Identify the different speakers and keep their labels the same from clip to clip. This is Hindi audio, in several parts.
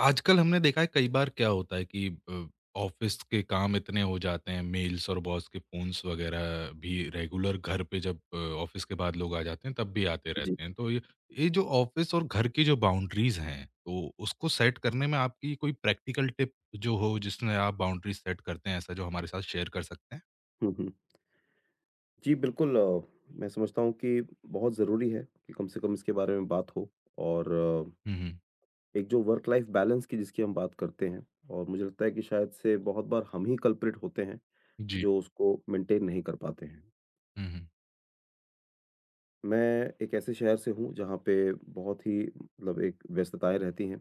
Speaker 1: आजकल हमने देखा है कई बार क्या होता है कि ऑफिस के काम इतने हो जाते हैं, मेल्स और बॉस के फ़ोन्स वगैरह भी रेगुलर घर पे जब ऑफिस के बाद लोग आ जाते हैं तब भी आते
Speaker 2: जी।
Speaker 1: रहते हैं। तो ये जो ऑफिस और घर की जो बाउंड्रीज़ हैं, तो उसको सेट करने में आपकी कोई प्रैक्टिकल टिप जो हो जिसमें आप बाउंड्रीज़ सेट करते हैं ऐसा जो हमारे साथ शेयर कर सकते हैं?
Speaker 2: हुँ, हुँ। जी, बिल्कुल मैं समझता हूँ कि बहुत ज़रूरी है कि कम से कम इसके बारे में बात हो। और
Speaker 1: हुँ, हुँ।
Speaker 2: एक जो वर्क लाइफ़ बैलेंस की जिसकी हम बात करते हैं, और मुझे लगता है कि शायद से बहुत बार हम ही कल्प्रिट होते हैं,
Speaker 1: जी।
Speaker 2: जो उसको मेंटेन नहीं कर पाते हैं।
Speaker 1: हुँ, हुँ।
Speaker 2: मैं एक ऐसे शहर से हूँ जहाँ पे बहुत ही मतलब एक व्यस्तताएँ रहती हैं।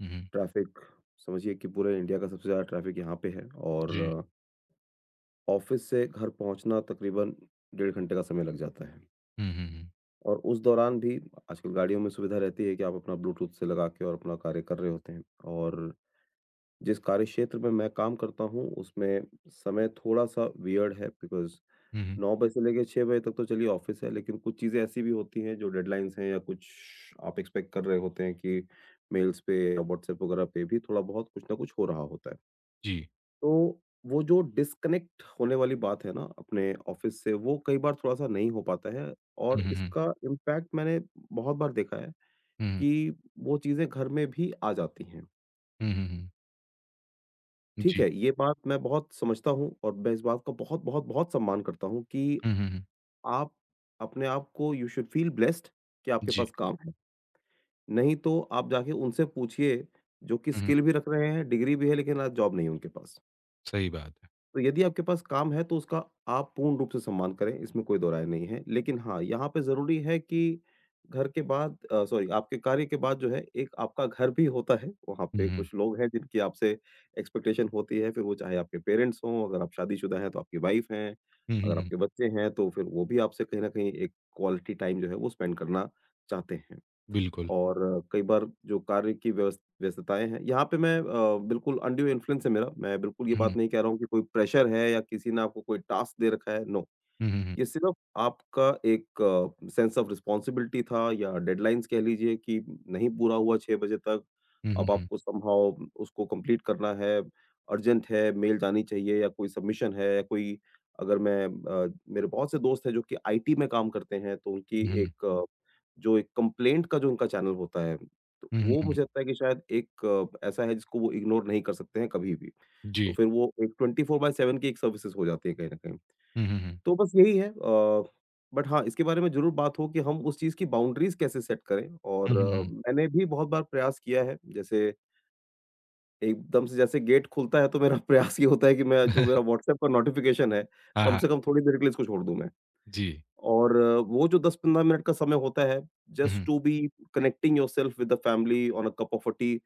Speaker 1: हुँ, हुँ।
Speaker 2: ट्रैफ़िक समझिए कि पूरे इंडिया का सबसे ज़्यादा ट्रैफ़िक यहाँ पे है, और
Speaker 1: जी।
Speaker 2: ऑफ़िस से घर पहुँचना तकरीबन 1.5 घंटे का समय लग जाता है।
Speaker 1: हुँ, हुँ, हुँ।
Speaker 2: और उस दौरान भी आजकल गाड़ियों में सुविधा रहती है कि आप अपना ब्लूटूथ से लगा के और अपना कार्य कर रहे होते हैं। और जिस कार्य क्षेत्र में मैं काम करता हूँ, उसमें समय थोड़ा-सा वियर्ड है बिकॉज़
Speaker 1: हुँ, हुँ।
Speaker 2: 9 बजे से लेके 6 बजे तक तो चलिए ऑफ़िस है, लेकिन कुछ चीज़ें ऐसी भी होती हैं जो डेडलाइन्स हैं, या कुछ आप एक्सपेक्ट कर रहे होते हैं कि मेल्स पे या व्हाट्सएप वगैरह पे भी थोड़ा-बहुत कुछ ना कुछ हो रहा होता है।
Speaker 1: जी।
Speaker 2: तो वो जो डिस्कनेक्ट होने वाली बात है ना अपने ऑफिस से, वो कई बार थोड़ा-सा नहीं हो पाता है,
Speaker 1: हुँ,
Speaker 2: और
Speaker 1: हुँ, हुँ।
Speaker 2: इसका इम्पैक्ट मैंने बहुत बार देखा है
Speaker 1: हुँ, हुँ।
Speaker 2: कि वो चीज़ें घर में भी आ जाती हैं।
Speaker 1: हुँ, हुँ, हुँ।
Speaker 2: ठीक
Speaker 1: जी।
Speaker 2: है, ये बात मैं बहुत समझता हूँ, और मैं इस बात का बहुत-बहुत बहुत बहुत सम्मान करता हूँ कि
Speaker 1: हुँ, हुँ, हुँ।
Speaker 2: आप अपने आप को यू शुड फील ब्लेस्ड कि आपके
Speaker 1: जी।
Speaker 2: पास काम है। नहीं तो आप जाके उनसे पूछिए जो कि
Speaker 1: हुँ, हुँ।
Speaker 2: स्किल भी रख रहे हैं, डिग्री भी है, लेकिन आज जॉब नहीं है उनके पास।
Speaker 1: सही बात है।
Speaker 2: तो यदि आपके पास काम है तो उसका आप पूर्ण रूप से सम्मान करें, इसमें कोई दो राय नहीं है। लेकिन हाँ, यहाँ पे ज़रूरी है कि घर के बाद सॉरी, आपके कार्य के बाद जो है एक आपका घर भी होता है। वहाँ
Speaker 1: हुँ,
Speaker 2: पे
Speaker 1: हुँ।
Speaker 2: कुछ लोग हैं जिनकी आपसे एक्सपेक्टेशन होती है, फिर वो चाहे आपके पेरेंट्स हों, अगर आप शादीशुदा हैं तो आपकी वाइफ़ हैं,
Speaker 1: हुँ, हुँ,
Speaker 2: अगर
Speaker 1: हुँ।
Speaker 2: आपके बच्चे हैं तो फिर वो भी आपसे कहीं न कहीं एक क्वालिटी टाइम जो है वो स्पेंड करना चाहते हैं।
Speaker 1: बिल्कुल।
Speaker 2: और कई बार जो कार्य की व्यवस व्यस्तताएँ हैं, यहाँ पे मैं बिल्कुल अनड्यू इन्फ्लुएंस है मेरा। मैं बिल्कुल ये
Speaker 1: हुँ, हुँ।
Speaker 2: बात नहीं कह रहा हूँ कि कोई प्रेशर है या किसी ने आपको कोई टास्क दे रखा है, नो।
Speaker 1: हुँ, हुँ, हुँ।
Speaker 2: ये सिर्फ़ आपका एक सेंस ऑफ रिस्पॉन्सिबिलिटी था, या डेडलाइन्स कह लीजिए कि नहीं पूरा हुआ 6 बजे तक,
Speaker 1: हुँ, हुँ,
Speaker 2: अब
Speaker 1: हुँ।
Speaker 2: आपको समहाउ उसको कंप्लीट करना है, अर्जेंट है, मेल जानी चाहिए, या कोई सबमिशन है, या कोई अगर मैं अ, मेरे बहुत से दोस्त हैं जो कि आईटी में काम करते हैं, तो उनकी
Speaker 1: हुँ, हुँ।
Speaker 2: एक जो एक कंप्लेंट का जो उनका चैनल होता है, तो
Speaker 1: हुँ, हुँ,
Speaker 2: वो मुझे
Speaker 1: हुँ।
Speaker 2: लगता है कि शायद एक ऐसा है जिसको वो इग्नोर नहीं कर सकते हैं कभी भी।
Speaker 1: जी।
Speaker 2: तो फिर वो एक 24/7 की एक सर्विसेज़ हो जाती है कहीं न कहीं।
Speaker 1: हुँ, हुँ, हुँ।
Speaker 2: तो बस यही है बट हाँ, इसके बारे में ज़रूर बात हो कि हम उस चीज़ की बाउंड्रीज़ कैसे सेट करें।
Speaker 1: हुँ,
Speaker 2: और
Speaker 1: हुँ, हुँ।
Speaker 2: मैंने भी बहुत बार प्रयास किया है, जैसे एकदम से जैसे गेट खुलता है तो मेरा प्रयास ये होता है कि मैं जो मेरा व्हाट्सएप का नोटिफ़िकेशन है,
Speaker 1: हाँ,
Speaker 2: कम
Speaker 1: हाँ।
Speaker 2: से कम थोड़ी देर के लिए इसको छोड़ दूँ मैं।
Speaker 1: जी।
Speaker 2: और वो जो 10-15 मिनट का समय होता है,
Speaker 1: hmm,
Speaker 2: just
Speaker 1: hmm.
Speaker 2: To be connecting yourself with the family on a cup of a tea,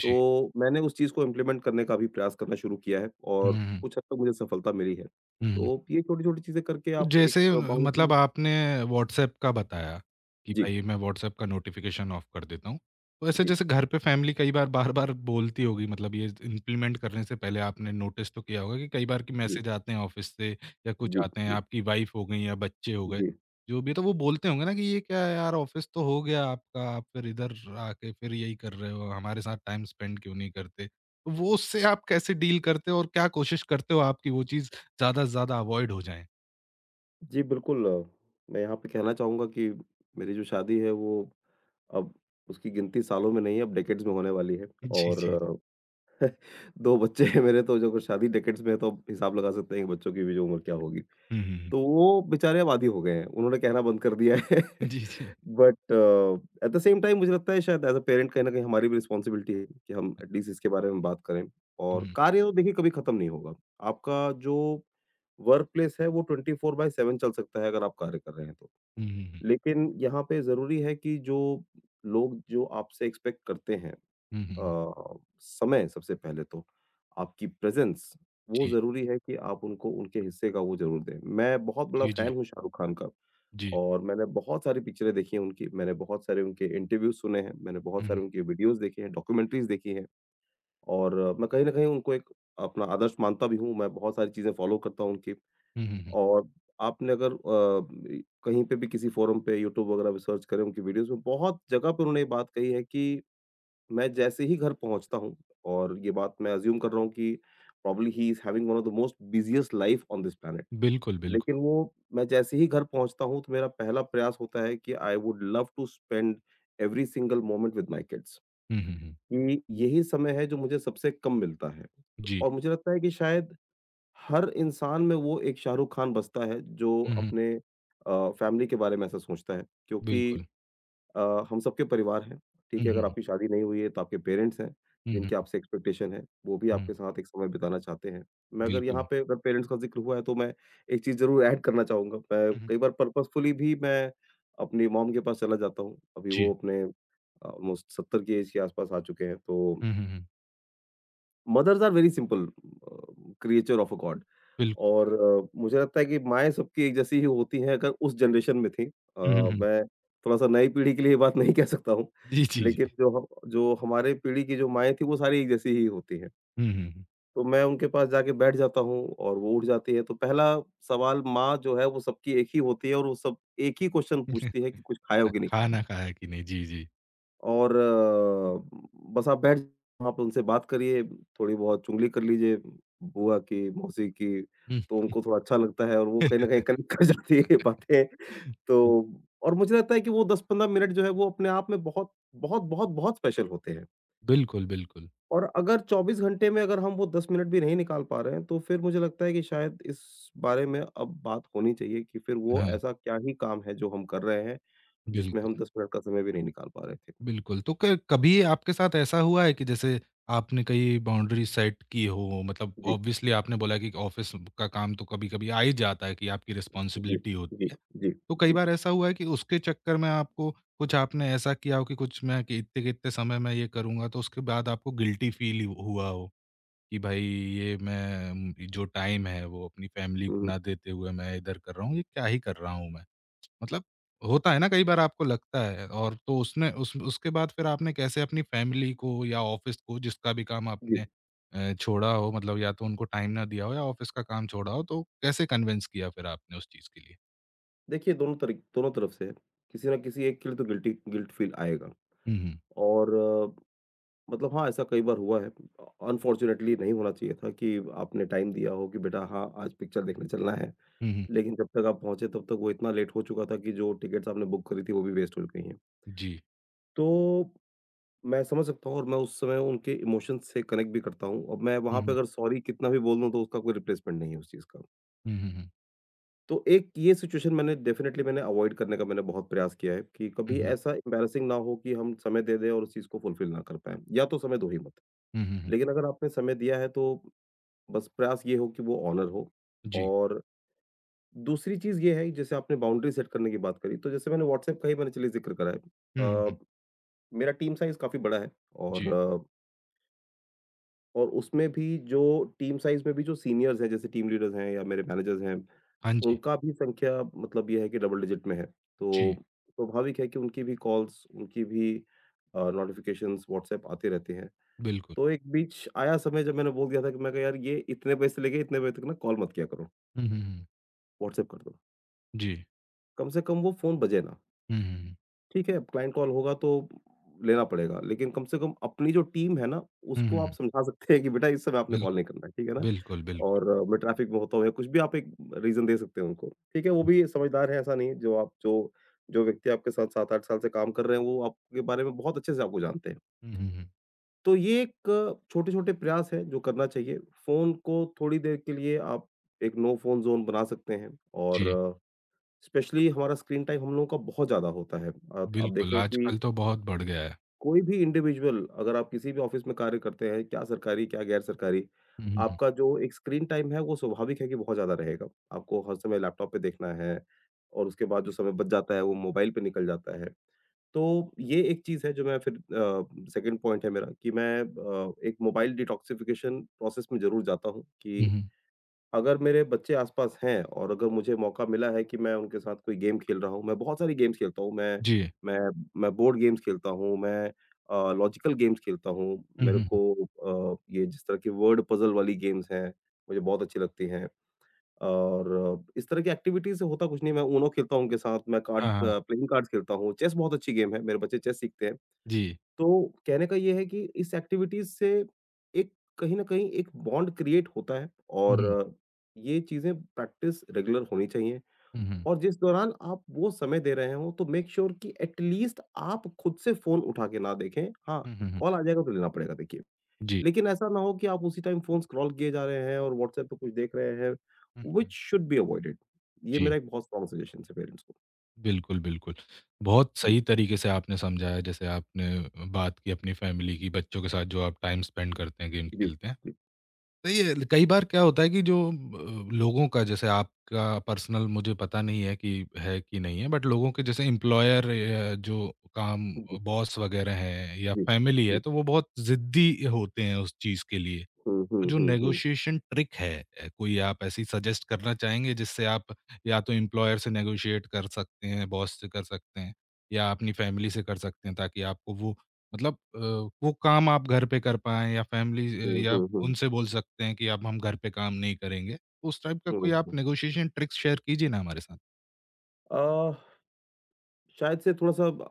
Speaker 1: जी।
Speaker 2: तो मैंने उस चीज़ को इम्प्लीमेंट करने का भी प्रयास करना शुरू किया है,
Speaker 1: हुँ,
Speaker 2: और
Speaker 1: हुँ, हुँ।
Speaker 2: कुछ हद तक मुझे सफलता मिली है।
Speaker 1: हुँ, हुँ।
Speaker 2: तो ये छोटी-छोटी चीज़ें करके आप एक
Speaker 1: जैसे मतलब
Speaker 2: बाउंड्री।
Speaker 1: आपने व्हाट्सएप का बताया कि
Speaker 2: जी,
Speaker 1: भाई मैं व्हाट्सएप का नोटिफ़िकेशन ऑफ कर देता हूँ। तो ऐसे
Speaker 2: जी,
Speaker 1: जैसे घर पे फ़ैमिली कई बार बार-बार बोलती होगी मतलब ये इम्प्लीमेंट करने से पहले आपने नोटिस तो किया होगा कि कई बार कि
Speaker 2: जी,
Speaker 1: मैसेज आते हैं ऑफ़िस से या कुछ
Speaker 2: जी,
Speaker 1: आते हैं,
Speaker 2: जी,
Speaker 1: आपकी वाइफ़ हो गई या बच्चे हो गए,
Speaker 2: जी।
Speaker 1: जो भी है तो वो बोलते होंगे ना कि ये क्या है यार ऑफ़िस तो हो गया आपका, आप फिर इधर आके फिर यही कर रहे हो, हमारे साथ टाइम स्पेंड क्यों नहीं करते? तो वो उससे आप कैसे डील करते हो और क्या कोशिश करते हो आप कि वो चीज़ ज़्यादा से ज़्यादा अवॉइड हो जाएँ?
Speaker 2: जी, बिल्कुल मैं यहाँ पे कहना चाहूँगा कि मेरी जो शादी है, वो अब उसकी गिनती सालों में नहीं है, अब डेकेड्स में होने वाली है।
Speaker 1: जी,
Speaker 2: और
Speaker 1: जी।
Speaker 2: 2 बच्चे हैं मेरे, तो जो अगर शादी डेकेड्स में है तो आप हिसाब लगा सकते हैं कि बच्चों की भी जो उम्र क्या होगी।
Speaker 1: हुँ, हुँ, हुँ।
Speaker 2: तो वो बेचारे अब आदी हो गए हैं, उन्होंने कहना बंद कर दिया है।
Speaker 1: जी, जी।
Speaker 2: But at the same time मुझे लगता है शायद एज़ अ पेरेंट कहीं न कहीं हमारी भी रिस्पॉन्सिबिलिटी है कि हम एट लीस्ट इसके बारे में बात करें।
Speaker 1: हुँ,
Speaker 2: और
Speaker 1: हुँ।
Speaker 2: कार्य तो देखिए कभी खत्म नहीं होगा। आपका जो वर्क प्लेस है वो 24/7 चल सकता है अगर आप कार्य कर रहे हैं तो।
Speaker 1: हुँ, हुँ, हुँ।
Speaker 2: लेकिन यहाँ पे ज़रूरी है कि जो लोग जो आपसे एक्सपेक्ट करते हैं
Speaker 1: हुँ, हुँ, हुँ।
Speaker 2: समय सबसे पहले तो, आपकी प्रेज़ेंस, वो
Speaker 1: जी,
Speaker 2: ज़रूरी है कि आप उनको उनके हिस्से का वो ज़रूर दें। मैं बहुत बड़ा
Speaker 1: जी,
Speaker 2: फ़ैन
Speaker 1: जी,
Speaker 2: हूँ शाहरुख खान का,
Speaker 1: जी।
Speaker 2: और मैंने बहुत सारी पिक्चरें देखी हैं उनकी, मैंने बहुत सारे उनके इंटरव्यूज़ सुने हैं, मैंने
Speaker 1: हुँ,
Speaker 2: बहुत
Speaker 1: हुँ।
Speaker 2: सारे उनके वीडियोज़ देखे हैं, डॉक्यूमेंट्रीज़ देखी हैं। और मैं कहीं न कहीं उनको एक अपना आदर्श मानता भी हूँ, मैं बहुत सारी चीज़ें फ़ॉलो करता हूँ उनकी।
Speaker 1: हुँ, हुँ, हुँ।
Speaker 2: और आपने अगर अ, इ कहीं पे भी किसी फ़ोरम पे यूट्यूब वगैरह पे सर्च करें, उनकी वीडियोज़ में बहुत जगह पे उन्होंने ये बात कही है कि मैं जैसे ही घर पहुँचता हूँ, और ये बात मैं अज़्यूम कर रहा हूँ कि probably he is having one of the most busiest life on this planet.
Speaker 1: बिल्कुल, बिल्कुल।
Speaker 2: लेकिन वो मैं जैसे ही घर पहुँचता हूँ तो मेरा पहला प्रयास होता है कि I would love to spend every single moment with my kids,
Speaker 1: hmm, hmm, hmm.
Speaker 2: कि यही समय है जो मुझे सबसे कम मिलता है।
Speaker 1: जी।
Speaker 2: और मुझे लगता है कि शायद हर इंसान में वो एक शाहरुख खान बसता है, जो
Speaker 1: हुँ, हुँ।
Speaker 2: अपने फैमिली के बारे में ऐसा सोचता है, क्योंकि
Speaker 1: बिल्कुल।
Speaker 2: अ, हम सबके परिवार हैं, ठीक
Speaker 1: हुँ,
Speaker 2: है?
Speaker 1: हुँ,
Speaker 2: अगर
Speaker 1: हुँ।
Speaker 2: आपकी शादी नहीं हुई है तो आपके पेरेंट्स हैं,
Speaker 1: हुँ, हुँ,
Speaker 2: जिनकी आपसे एक्सपेक्टेशन है, वो भी
Speaker 1: हुँ, हुँ।
Speaker 2: आपके साथ एक समय बिताना चाहते हैं। मैं अगर यहाँ
Speaker 1: बिल्कुल।
Speaker 2: पे अगर पेरेंट्स का ज़िक्र हुआ है तो मैं एक चीज़ ज़रूर ऐड करना चाहूँगा। मैं
Speaker 1: हुँ, हुँ।
Speaker 2: कई बार पर्पसफुली भी मैं अपनी मॉम के पास चला जाता हूँ। अभी
Speaker 1: जी।
Speaker 2: वो अपने ऑलमोस्ट 70 की ऐज के आसपास आ चुके हैं, तो
Speaker 1: hmm, hmm, hmm.
Speaker 2: Mothers are very simple creature of a god.
Speaker 1: बिल्कुल।
Speaker 2: और मुझे लगता है कि माएँ सबकी एक जैसी ही होती हैं अगर उस जनरेशन में थी।
Speaker 1: हुँ, हुँ, हुँ।
Speaker 2: मैं थोड़ा-सा नई पीढ़ी के लिए ये बात नहीं कह सकता हूँ,
Speaker 1: जी, जी,
Speaker 2: लेकिन
Speaker 1: जी।
Speaker 2: जो ह जो हमारे पीढ़ी की जो माएँ थी वो सारी एक जैसी ही होती हैं।
Speaker 1: हुँ, हुँ, हुँ।
Speaker 2: तो मैं उनके पास जाके बैठ जाता हूँ, और वो उठ जाती हैं। तो पहला सवाल माँ जो है वो सबकी एक ही होती है, और वो सब एक ही क्वेश्चन पूछती है कि कुछ खाए हो
Speaker 1: खाना
Speaker 2: कि नहीं खाए हो?
Speaker 1: खाना खाया कि नहीं? जी, जी।
Speaker 2: और बस आप बैठ वहाँ पे उनसे बात करिए, थोड़ी बहुत चुगली कर लीजिए बुआ की, मौसी की,
Speaker 1: हुँ।
Speaker 2: तो उनको थोड़ा अच्छा लगता है, और वो कहीं न कहीं कनेक्ट कर जाती है ये बातें।
Speaker 1: जी।
Speaker 2: तो और मुझे लगता है कि वो 10-15 मिनट जो है वो अपने आप में बहुत, बहुत, बहुत, बहुत स्पेशल होते हैं।
Speaker 1: बिल्कुल, बिल्कुल।
Speaker 2: और अगर 24 घंटे में अगर हम वो 10 मिनट भी नहीं निकाल पा रहे हैं, तो फिर मुझे लगता है कि शायद इस बारे में अब बात होनी चाहिए कि फिर वो
Speaker 1: हाँ,
Speaker 2: ऐसा क्या ही काम है जो हम कर रहे हैं, जिसमें
Speaker 1: बिल्कुल।
Speaker 2: हम 10 मिनट का समय भी नहीं निकाल पा रहे थे।
Speaker 1: बिल्कुल, तो क कभी आपके साथ ऐसा हुआ है कि जैसे आपने कहीं बाउंड्री सेट की हो? मतलब
Speaker 2: जी।
Speaker 1: ऑब्वियसली आपने बोला कि ऑफ़िस का काम तो कभी-कभी आ ही जाता है कि आपकी
Speaker 2: जी,
Speaker 1: रिस्पॉन्सिबिलिटी होती
Speaker 2: जी,
Speaker 1: है।
Speaker 2: जी,
Speaker 1: तो कई
Speaker 2: जी।
Speaker 1: बार ऐसा हुआ है कि उसके चक्कर में आपको कुछ आपने ऐसा किया हो कि कुछ मैं कि इतने-कितने समय मैं ये करूँगा, तो उसके बाद आपको गिल्टी फ़ील हुआ हो? कि भाई ये मैं जो टाइम है वो अपनी फैमिली
Speaker 2: हुँ,
Speaker 1: को
Speaker 2: हुँ,
Speaker 1: ना देते हुए मैं इधर कर रहा हूँ, ये क्या ही कर रहा हूँ मैं? मतलब होता है ना कई बार आपको लगता है और तो उसने उस उसके बाद फिर आपने कैसे अपनी फैमिली को या ऑफ़िस को जिसका भी काम
Speaker 2: जी।
Speaker 1: आपने छोड़ा हो मतलब या तो उनको टाइम ना दिया हो या ऑफ़िस का काम छोड़ा हो, तो कैसे कन्विंस किया फिर आपने उस चीज़ के लिए?
Speaker 2: देखिए दोनों तरफ से है। किसी ना किसी एक के लिए तो गिल्ट फ़ील आएगा,
Speaker 1: हुँ, हुँ।
Speaker 2: और मतलब हाँ, ऐसा कई बार हुआ है। अनफॉर्च्यूनेटली नहीं होना चाहिए था कि आपने टाइम दिया हो कि बेटा हाँ, आज पिक्चर देखने चलना है।
Speaker 1: हुँ, हुँ।
Speaker 2: लेकिन जब तक आप पहुँचे तब तक वो इतना लेट हो चुका था कि जो टिकट्स आपने बुक करी थी वो भी वेस्ट हो गई हैं।
Speaker 1: जी।
Speaker 2: तो मैं समझ सकता हूँ, और मैं उस समय उनके इमोशंस से कनेक्ट भी करता हूँ, और मैं
Speaker 1: हुँ,
Speaker 2: वहाँ पे
Speaker 1: हुँ।
Speaker 2: अगर सॉरी कितना भी बोल दूँ तो उसका कोई रिप्लेसमेंट नहीं है उस चीज़ का।
Speaker 1: हुँ, हुँ, हुँ।
Speaker 2: तो एक ये सिचुएशन मैंने डेफ़िनेटली मैंने अवॉइड करने का मैंने बहुत प्रयास किया है कि
Speaker 1: हुँ,
Speaker 2: कभी
Speaker 1: हुँ।
Speaker 2: ऐसा एम्बैरेसिंग ना हो कि हम समय दे दें और उस चीज़ को फुलफ़िल ना कर पाएँ, या तो समय दो ही मत।
Speaker 1: हुँ, हुँ, हुँ।
Speaker 2: लेकिन अगर आपने समय दिया है तो बस प्रयास ये हो कि वो ऑनर हो।
Speaker 1: जी।
Speaker 2: और दूसरी चीज़ ये है, जैसे आपने बाउंड्री सेट करने की बात करी, तो जैसे मैंने व्हाट्सएप का ही मैंने चलिए ज़िक्र करा है।
Speaker 1: हुँ, हुँ, हुँ।
Speaker 2: अ, मेरा टीम साइज़ काफ़ी बड़ा है,
Speaker 1: जी।
Speaker 2: और अ, और उसमें भी जो टीम साइज़ में भी जो सीनियर्स हैं, जैसे टीम लीडर्स हैं या मेरे मैनेजर्स हैं,
Speaker 1: हाँ जी।
Speaker 2: उनका भी संख्या मतलब ये है कि डबल डिजिट में है। तो
Speaker 1: जी,
Speaker 2: स्वाभाविक है कि उनकी भी कॉल्स, उनकी भी नोटिफ़िकेशंस व्हाट्सएप आते रहते हैं।
Speaker 1: बिल्कुल।
Speaker 2: तो एक बीच आया समय जब मैंने बोल दिया था कि मैं कहा यार ये इतने बजे से लेके इतने बजे तक ना कॉल मत किया करो,
Speaker 1: हुँ, हुँ, हुँ।
Speaker 2: व्हाट्सएप कर दो।
Speaker 1: जी।
Speaker 2: कम से कम वो फ़ोन बजे ना।
Speaker 1: हुँ, हुँ, हुँ।
Speaker 2: ठीक है, क्लाइंट कॉल होगा तो लेना पड़ेगा, लेकिन कम से कम अपनी जो टीम है ना,
Speaker 1: हुँ, हुँ,
Speaker 2: उसको आप
Speaker 1: हुँ।
Speaker 2: समझा सकते हैं कि बेटा इस समय आपने
Speaker 1: बिल
Speaker 2: कॉल नहीं करना है, ठीक है ना?
Speaker 1: बिल्कुल, बिल्कुल।
Speaker 2: और मैं ट्रैफिक में होता हूँ या कुछ भी आप एक रीज़न दे सकते हैं उनको, ठीक है? वो भी समझदार है, ऐसा नहीं है जो आप जो जो व्यक्ति आपके साथ 7-8 साल से काम कर रहे हैं, वो आपके बारे में बहुत अच्छे से आपको जानते हैं।
Speaker 1: हुँ, हुँ, हुँ।
Speaker 2: तो ये एक छोटे-छोटे प्रयास हैं जो करना चाहिए। फ़ोन को थोड़ी देर के लिए आप एक नो फ़ोन ज़ोन बना सकते हैं और
Speaker 1: जी,
Speaker 2: स्पेशली हमारा स्क्रीन टाइम हम लोगों का बहुत ज़्यादा होता है। आप
Speaker 1: बिल्कुल,
Speaker 2: देखें कि
Speaker 1: आजकल तो बहुत बढ़ गया है।
Speaker 2: कोई भी इंडिविजुअल अगर आप किसी भी ऑफिस में कार्य करते हैं, क्या सरकारी, क्या गैर-सरकारी,
Speaker 1: हुँ, हुँ, हुँ।
Speaker 2: आपका जो एक स्क्रीन टाइम है, वो स्वाभाविक है कि बहुत ज़्यादा रहेगा। आपको हर समय लैपटॉप पे देखना है और उसके बाद जो समय बच जाता है, वो मोबाइल पे निकल जाता है। तो ये एक चीज़ है जो मैं फिर सेकंड पॉइंट है मेरा कि मैं एक मोबाइल डिटॉक्सिफिकेशन प्रोसेस में ज़रूर जाता हूँ
Speaker 1: हुँ,
Speaker 2: कि
Speaker 1: हुँ।
Speaker 2: अगर मेरे बच्चे आस-पास हैं और अगर मुझे मौका मिला है कि मैं उनके साथ कोई गेम खेल रहा हूँ, मैं बहुत सारी गेम्स खेलता हूँ,
Speaker 1: जी।
Speaker 2: मैं मैं बोर्ड गेम्स खेलता हूँ, मैं लॉजिकल गेम्स खेलता हूँ,
Speaker 1: हुँ,
Speaker 2: मेरे
Speaker 1: हुँ, हुँ।
Speaker 2: को ये जिस तरह की वर्ड पज़ल वाली गेम्स हैं, मुझे बहुत अच्छी लगती हैं और इस तरह की एक्टिविटीज़ से होता कुछ नहीं है, मैं ऊनो खेलता हूँ उनके साथ, मैं
Speaker 1: हाँ, हाँ।
Speaker 2: प्लेइंग कार्ड्स खेलता हूँ, चेस बहुत अच्छी गेम है, मेरे बच्चे चेस सीखते हैं।
Speaker 1: जी।
Speaker 2: तो कहने का ये है कि इस एक्टिविटीज़ से एक कहीं न कहीं एक बॉन्ड क्रिएट होता है
Speaker 1: हुँ,
Speaker 2: और
Speaker 1: हुँ।
Speaker 2: ये चीज़ें प्रैक्टिस रेगुलर होनी चाहिए
Speaker 1: हुँ, हुँ।
Speaker 2: और जिस दौरान आप वो समय दे रहे हों, तो मेक श्योर कि एट लीस्ट आप खुद से फ़ोन उठा के ना देखें। हाँ,
Speaker 1: हुँ, हुँ, हुँ।
Speaker 2: कॉल आ जाएगा तो लेना पड़ेगा देखिए।
Speaker 1: जी।
Speaker 2: लेकिन ऐसा ना हो कि आप उसी टाइम फ़ोन स्क्रॉल किए जा रहे हैं और व्हाट्सएप पे कुछ देख रहे हैं,
Speaker 1: hmm, hmm.
Speaker 2: Which should be avoided. ये मेरा
Speaker 1: जी,
Speaker 2: एक बहुत स्ट्रॉन्ग सजेशन है पेरेंट्स को।
Speaker 1: बिल्कुल, बिल्कुल। बहुत
Speaker 2: जी,
Speaker 1: सही तरीके से आपने समझाया, जैसे आपने बात की अपनी फैमिली की, बच्चों के साथ जो आप टाइम स्पेंड करते हैं, गेम
Speaker 2: जी,
Speaker 1: खेलते हैं।
Speaker 2: जी,
Speaker 1: तो ये कई बार क्या होता है कि जो लोगों का जैसे आपका पर्सनल मुझे पता नहीं है कि है कि नहीं है बट लोगों के जैसे एम्प्लॉयर जो काम
Speaker 2: जी,
Speaker 1: बॉस वगैरह हैं या
Speaker 2: जी,
Speaker 1: फैमिली है
Speaker 2: जी।
Speaker 1: तो वो बहुत जिद्दी होते हैं उस चीज़ के लिए
Speaker 2: हुँ, हुँ,
Speaker 1: जो
Speaker 2: हुँ, हुँ।
Speaker 1: नेगोशिएशन ट्रिक है कोई आप ऐसी सजेस्ट करना चाहेंगे जिससे आप या तो एम्प्लॉयर से नेगोशिएट कर सकते हैं, बॉस से कर सकते हैं या अपनी फैमिली से कर सकते हैं ताकि आपको वो मतलब वो काम आप घर पे कर पाएँ या फैमिली
Speaker 2: हुँ,
Speaker 1: या
Speaker 2: हुँ, हुँ।
Speaker 1: उनसे बोल सकते हैं कि अब हम घर पे काम नहीं करेंगे। उस टाइप का
Speaker 2: हुँ,
Speaker 1: कोई आप
Speaker 2: हुँ।
Speaker 1: नेगोशिएशन ट्रिक्स शेयर कीजिए ना हमारे साथ।
Speaker 2: अ, शायद से थोड़ा-सा ब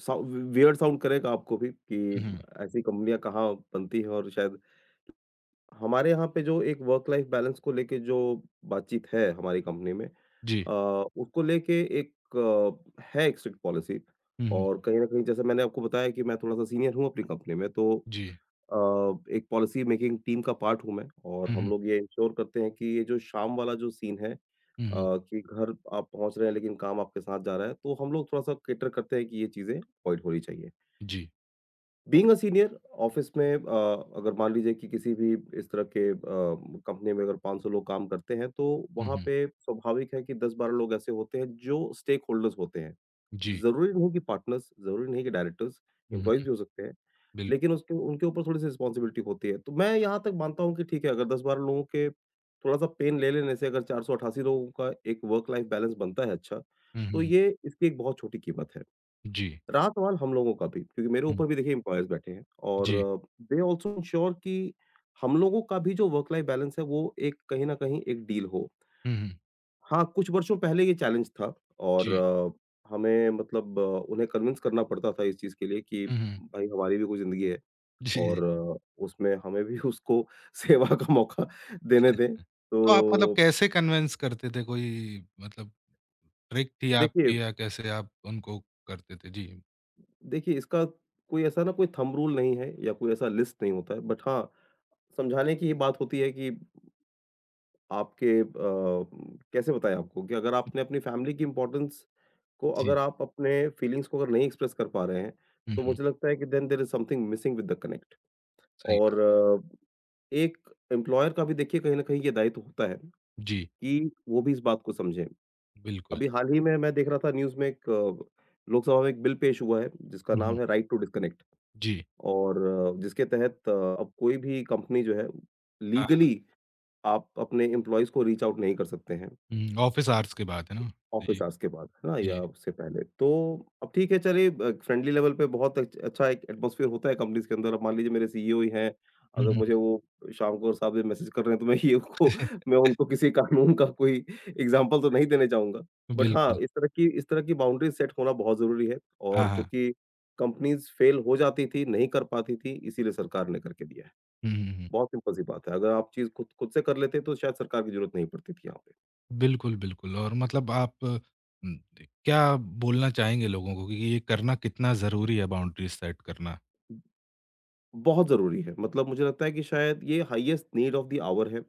Speaker 2: साउ वियर्ड साउंड करेगा आपको भी कि
Speaker 1: हुँ, हुँ।
Speaker 2: ऐसी कंपनियाँ कहाँ बनती हैं और शायद हमारे यहाँ पे जो एक वर्क लाइफ बैलेंस को लेके जो बातचीत है हमारी कंपनी में,
Speaker 1: जी।
Speaker 2: उसको लेके है एक स्ट्रिक्ट पॉलिसी।
Speaker 1: हुँ, हुँ।
Speaker 2: और कहीं न कहीं जैसे मैंने आपको बताया कि मैं थोड़ा-सा सीनियर हूँ अपनी कंपनी में, तो
Speaker 1: जी।
Speaker 2: अ, एक पॉलिसी मेकिंग टीम का पार्ट हूँ मैं और
Speaker 1: हुँ,
Speaker 2: हम
Speaker 1: हुँ।
Speaker 2: लोग ये इंश्योर करते हैं कि ये जो शाम वाला जो सीन है,
Speaker 1: हुँ, हुँ।
Speaker 2: कि घर आप पहुँच रहे हैं लेकिन काम आपके साथ जा रहा है, तो हम लोग थोड़ा-सा कैटर करते हैं कि ये चीज़ें अवॉइड होनी चाहिए।
Speaker 1: जी।
Speaker 2: बीइंग अ सीनियर ऑफिस में, अगर मान लीजिए कि किसी भी इस तरह के कंपनी में अगर 500 लोग काम करते हैं, तो
Speaker 1: हुँ,
Speaker 2: वहाँ
Speaker 1: हुँ।
Speaker 2: पे स्वाभाविक है कि 10-12 लोग ऐसे होते हैं जो स्टेक होल्डर्स होते हैं।
Speaker 1: जी।
Speaker 2: ज़रूरी नहीं कि पार्टनर्स, ज़रूरी नहीं कि डायरेक्टर्स,
Speaker 1: हुँ,
Speaker 2: एम्प्लॉइज़
Speaker 1: हुँ।
Speaker 2: भी हो सकते हैं,
Speaker 1: बिल्कुल।
Speaker 2: लेकिन उसके उनके ऊपर थोड़ी-सी रिस्पॉन्सिबिलिटी होती है। तो मैं यहाँ तक मानता हूँ कि ठीक है, अगर 10-12 लोगों के थोड़ा-सा पेन ले लेने से अगर 488 लोगों का एक वर्क लाइफ बैलेंस बनता है अच्छा,
Speaker 1: हुँ, हुँ,
Speaker 2: तो
Speaker 1: हुँ।
Speaker 2: ये इसकी एक बहुत छोटी कीमत है।
Speaker 1: जी।
Speaker 2: रहा सवाल हम लोगों का भी, क्योंकि मेरे
Speaker 1: हुँ।
Speaker 2: ऊपर भी देखिए एम्प्लॉयर्स बैठे हैं और
Speaker 1: जी।
Speaker 2: दे ऑल्सो इंश्योर कि हम लोगों का भी जो वर्क लाइफ बैलेंस है, वो एक कहीं न कहीं एक डील हो।
Speaker 1: हुँ, हुँ।
Speaker 2: हाँ, कुछ वर्षों पहले ये चैलेंज था और
Speaker 1: जी।
Speaker 2: हमें मतलब उन्हें कन्विंस करना पड़ता था इस चीज़ के लिए कि
Speaker 1: हुँ, हुँ।
Speaker 2: भाई हमारी भी कोई ज़िंदगी है
Speaker 1: जी। जी।
Speaker 2: और उसमें हमें भी उसको सेवा का मौका देने दें।
Speaker 1: तो आप मतलब
Speaker 2: तो
Speaker 1: कैसे कन्विंस करते थे? कोई मतलब ट्रिक थी
Speaker 2: देखिए
Speaker 1: आपकी या कैसे आप उनको करते थे? जी।
Speaker 2: देखिए, इसका कोई ऐसा ना, कोई थंब रूल नहीं है या कोई ऐसा लिस्ट नहीं होता है। बट हाँ, समझाने की ये बात होती है कि आपके अ, कैसे बताएँ आपको कि अगर आपने अपनी फैमिली की इम्पोर्टेंस को, अगर
Speaker 1: जी।
Speaker 2: आप अपने फीलिंग्स को अगर नहीं एक्सप्रेस कर पा रहे हैं,
Speaker 1: हुँ,
Speaker 2: तो
Speaker 1: हुँ।
Speaker 2: मुझे लगता है कि then there is something missing with the connect.
Speaker 1: सही
Speaker 2: और
Speaker 1: बात है।
Speaker 2: एक एम्प्लॉयर का भी देखिए, कहीं न कहीं ये दायित्व होता है
Speaker 1: जी,
Speaker 2: कि वो भी इस बात को समझे।
Speaker 1: बिल्कुल।
Speaker 2: अभी हाल ही में मैं देख रहा था न्यूज़ में, लोकसभा में एक बिल पेश हुआ है, जिसका
Speaker 1: हुँ, हुँ।
Speaker 2: नाम है राइट टू डिस्कनेक्ट।
Speaker 1: जी।
Speaker 2: और जिसके तहत अब कोई भी कंपनी जो है,
Speaker 1: हाँ।
Speaker 2: लीगली आप अपने एम्प्लॉइज़ को रीच आउट नहीं कर सकते हैं।
Speaker 1: हुँ, ऑफ़िस आवर्स की बात है ना? जी,
Speaker 2: ऑफ़िस आवर्स के बाद, है ना?
Speaker 1: जी।
Speaker 2: या उससे पहले। तो अब ठीक है, चलिए फ्रेंडली लेवल पे बहुत अच अच्छा एक एटमॉस्फियर होता है कंपनीज़ के अंदर। अब मान लीजिए मेरे सीईओ ही हैं,
Speaker 1: हुँ,
Speaker 2: अगर
Speaker 1: हुँ।
Speaker 2: मुझे वो शाम को और 7 बजे मैसेज कर रहे हैं तो मैं ये उनको मैं उनको किसी कानून का कोई एग्ज़ाम्पल तो नहीं देने जाऊँगा। बट हाँ,
Speaker 1: बिल्कुल।
Speaker 2: इस तरह की बाउंड्रीज़ सेट होना बहुत ज़रूरी है,
Speaker 1: हाँ,
Speaker 2: और
Speaker 1: हाँ।
Speaker 2: चूँकि कंपनीज़ फेल हो जाती थी, नहीं कर पाती थी, इसीलिए सरकार ने करके दिया है।
Speaker 1: हुँ, हुँ, हुँ।
Speaker 2: बहुत सिंपल सी बात है, अगर आप चीज़ खुद खुद से कर लेते तो शायद सरकार की ज़रूरत नहीं पड़ती थी यहाँ पे।
Speaker 1: बिल्कुल, बिल्कुल और मतलब आप क्या बोलना चाहेंगे लोगों को कि ये करना कितना ज़रूरी है बाउंड्रीज़ सेट करना?
Speaker 2: बहुत ज़रूरी है, मतलब मुझे लगता है कि शायद ये highest need of the hour है।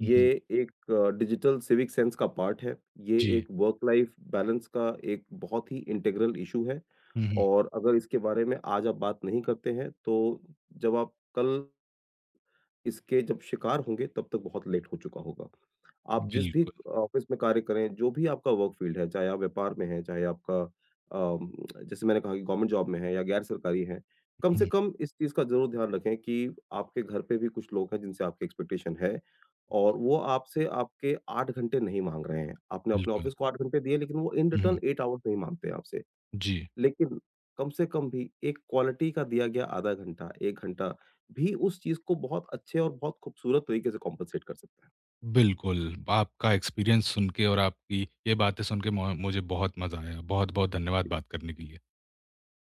Speaker 1: हुँ,
Speaker 2: ये
Speaker 1: हुँ।
Speaker 2: एक डिजिटल सिविक सेंस का पार्ट है, ये
Speaker 1: जी।
Speaker 2: एक वर्क लाइफ बैलेंस का एक बहुत ही इंटीग्रल इश्यू है,
Speaker 1: हुँ, हुँ।
Speaker 2: और अगर इसके बारे में आज आप बात नहीं करते हैं, तो जब आप कल इसके जब शिकार होंगे तब तक बहुत लेट हो चुका होगा। आप जिस भी
Speaker 1: बिल्कुल।
Speaker 2: ऑफ़िस में कार्य करें, जो भी आपका वर्क फ़ील्ड है, चाहे आप व्यापार में हैं, चाहे अम, जैसे मैंने कहा कि गवर्नमेंट जॉब में है या गैर सरकारी है, कम से
Speaker 1: हुँ,
Speaker 2: कम इस चीज़ का ज़रूर ध्यान रखें कि आपके घर पे भी कुछ लोग हैं जिनसे आपकी एक्सपेक्टेशन है और वो आपसे आपके 8 घंटे नहीं माँग रहे हैं। आपने अपने
Speaker 1: बिल्कुल।
Speaker 2: ऑफ़िस को 8 घंटे दिए लेकिन वो इन
Speaker 1: हुँ, हुँ।
Speaker 2: रिटर्न 8 आवर्स नहीं माँगते आपसे।
Speaker 1: जी।
Speaker 2: लेकिन कम से कम भी एक क्वालिटी का दिया गया आधा घंटा, 1 घंटा भी उस चीज़ को बहुत अच्छे और बहुत खूबसूरत तरीके से कॉम्पेंसेट कर सकता है।
Speaker 1: बिल्कुल, आपका एक्सपीरियंस सुन के और आपकी ये बातें सुन के मो मुझे बहुत मज़ा आया। बहुत-बहुत धन्यवाद बात करने के लिए।